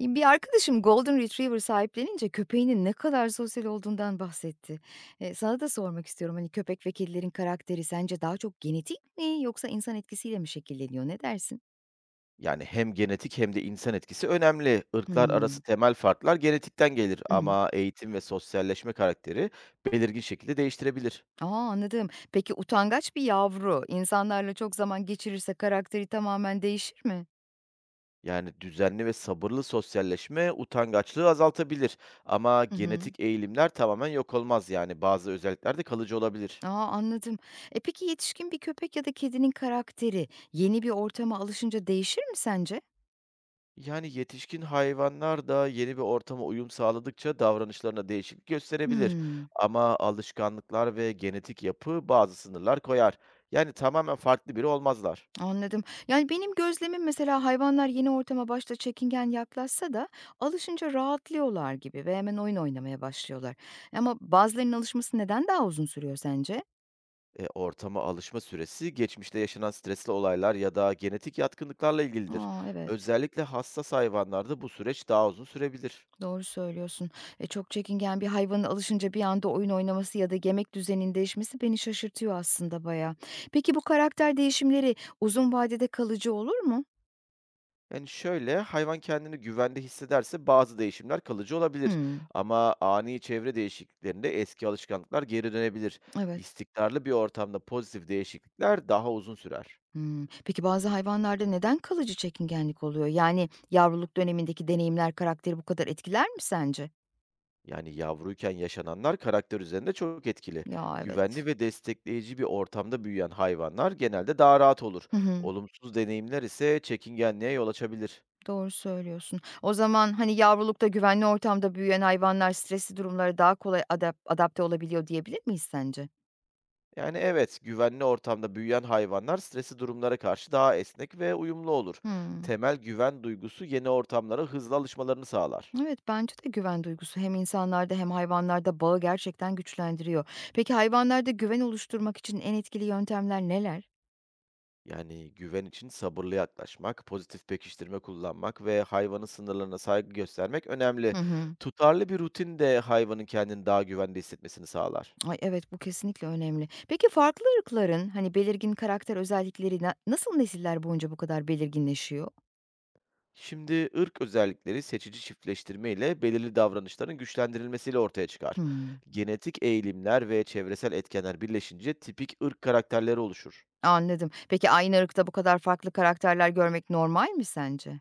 Bir arkadaşım golden retriever sahiplenince köpeğinin ne kadar sosyal olduğundan bahsetti. Sana da sormak istiyorum, hani, köpek ve kedilerin karakteri sence daha çok genetik mi yoksa insan etkisiyle mi şekilleniyor? Ne dersin? Yani, hem genetik hem de insan etkisi önemli. Irklar arası Hımm. temel farklar genetikten gelir Hı hı. ama eğitim ve sosyalleşme karakteri belirgin şekilde değiştirebilir. Anladım. Peki utangaç bir yavru insanlarla çok zaman geçirirse karakteri tamamen değişir mi? Yani, düzenli ve sabırlı sosyalleşme utangaçlığı azaltabilir ama Hı hı. genetik eğilimler tamamen yok olmaz, yani, bazı özellikler de kalıcı olabilir. A, anladım. Peki yetişkin bir köpek ya da kedinin karakteri yeni bir ortama alışınca değişir mi sence? Yani, yetişkin hayvanlar da yeni bir ortama uyum sağladıkça davranışlarına değişiklik gösterebilir Hımm. ama alışkanlıklar ve genetik yapı bazı sınırlar koyar. Yani, tamamen farklı biri olmazlar. Anladım. Yani, benim gözlemim mesela hayvanlar yeni ortama başta çekingen yaklaşsa da alışınca rahatlıyorlar gibi ve hemen oyun oynamaya başlıyorlar. Ama bazılarının alışması neden daha uzun sürüyor sence? Ortama alışma süresi geçmişte yaşanan stresli olaylar ya da genetik yatkınlıklarla ilgilidir. A, evet. Özellikle hassas hayvanlarda bu süreç daha uzun sürebilir. Doğru söylüyorsun. Çok çekingen bir hayvanın alışınca bir anda oyun oynaması ya da yemek düzeninin değişmesi beni şaşırtıyor aslında baya. Peki bu karakter değişimleri uzun vadede kalıcı olur mu? Yani şöyle, hayvan kendini güvende hissederse bazı değişimler kalıcı olabilir. Hımm. Ama ani çevre değişikliklerinde eski alışkanlıklar geri dönebilir. Evet. İstikrarlı bir ortamda pozitif değişiklikler daha uzun sürer. Hımm. Peki bazı hayvanlarda neden kalıcı çekingenlik oluyor? Yani yavruluk dönemindeki deneyimler karakteri bu kadar etkiler mi sence? Yani yavruyken yaşananlar karakter üzerinde çok etkili. Ya, evet. Güvenli ve destekleyici bir ortamda büyüyen hayvanlar genelde daha rahat olur. Hı hı. Olumsuz deneyimler ise çekingenliğe yol açabilir. Doğru söylüyorsun. O zaman, hani, yavrulukta güvenli ortamda büyüyen hayvanlar stresli durumlara daha kolay adapte olabiliyor diyebilir miyiz sence? Yani evet, güvenli ortamda büyüyen hayvanlar stresli durumlara karşı daha esnek ve uyumlu olur. Hımm. Temel güven duygusu yeni ortamlara hızlı alışmalarını sağlar. Evet, bence de güven duygusu hem insanlarda hem hayvanlarda bağı gerçekten güçlendiriyor. Peki hayvanlarda güven oluşturmak için en etkili yöntemler neler? Yani güven için sabırlı yaklaşmak, pozitif pekiştirme kullanmak ve hayvanın sınırlarına saygı göstermek önemli. Hı hı. Tutarlı bir rutin de hayvanın kendini daha güvende hissetmesini sağlar. Ay, evet, bu kesinlikle önemli. Peki farklı ırkların, hani, belirgin karakter özellikleri nasıl nesiller boyunca bu kadar belirginleşiyor? Şimdi ırk özellikleri seçici çiftleştirme ile belirli davranışların güçlendirilmesiyle ortaya çıkar. Hımm, Genetik eğilimler ve çevresel etkenler birleşince tipik ırk karakterleri oluşur. anladım. Peki aynı ırkta bu kadar farklı karakterler görmek normal mi sence?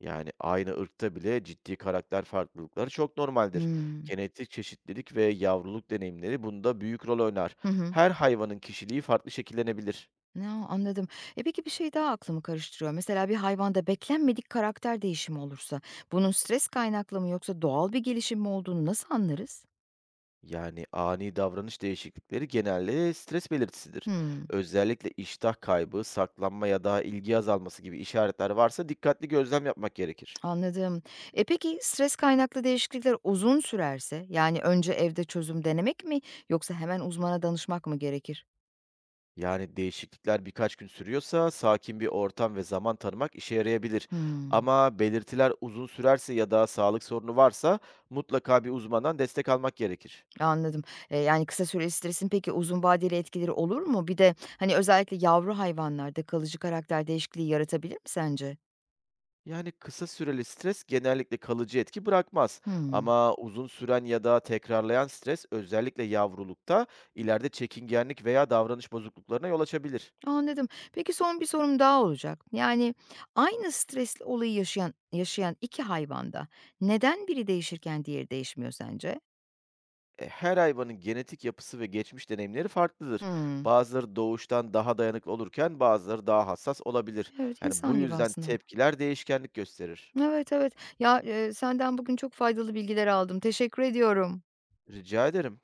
Yani aynı ırkta bile ciddi karakter farklılıkları çok normaldir. Hımm. Genetik çeşitlilik ve yavruluk deneyimleri bunda büyük rol oynar. Hı hı. Her hayvanın kişiliği farklı şekillenebilir. Ne? Anladım. Peki bir şey daha aklımı karıştırıyor. Mesela bir hayvanda beklenmedik karakter değişimi olursa bunun stres kaynaklı mı yoksa doğal bir gelişim mi olduğunu nasıl anlarız? Yani ani davranış değişiklikleri genelde stres belirtisidir. Hımm. Özellikle iştah kaybı, saklanma ya da ilgi azalması gibi işaretler varsa dikkatli gözlem yapmak gerekir. Anladım. Peki stres kaynaklı değişiklikler uzun sürerse, yani önce evde çözüm denemek mi yoksa hemen uzmana danışmak mı gerekir? Yani değişiklikler birkaç gün sürüyorsa sakin bir ortam ve zaman tanımak işe yarayabilir. Hımm, Ama belirtiler uzun sürerse ya da sağlık sorunu varsa mutlaka bir uzmandan destek almak gerekir. anladım. Yani kısa süreli stresin peki uzun vadeli etkileri olur mu? Bir de, hani, özellikle yavru hayvanlarda kalıcı karakter değişikliği yaratabilir mi sence? Yani kısa süreli stres genellikle kalıcı etki bırakmaz. Hımm, Ama uzun süren ya da tekrarlayan stres özellikle yavrulukta ileride çekingenlik veya davranış bozukluklarına yol açabilir. anladım. Peki son bir sorum daha olacak. Yani aynı stresli olayı yaşayan 2 hayvanda neden biri değişirken diğeri değişmiyor sence? Her hayvanın genetik yapısı ve geçmiş deneyimleri farklıdır. Hımm. Bazıları doğuştan daha dayanıklı olurken bazıları daha hassas olabilir. Evet, Yani bu insan gibi yüzden aslında. tepkiler değişkenlik gösterir. Evet, evet. Ya, senden bugün çok faydalı bilgiler aldım. Teşekkür ediyorum. Rica ederim.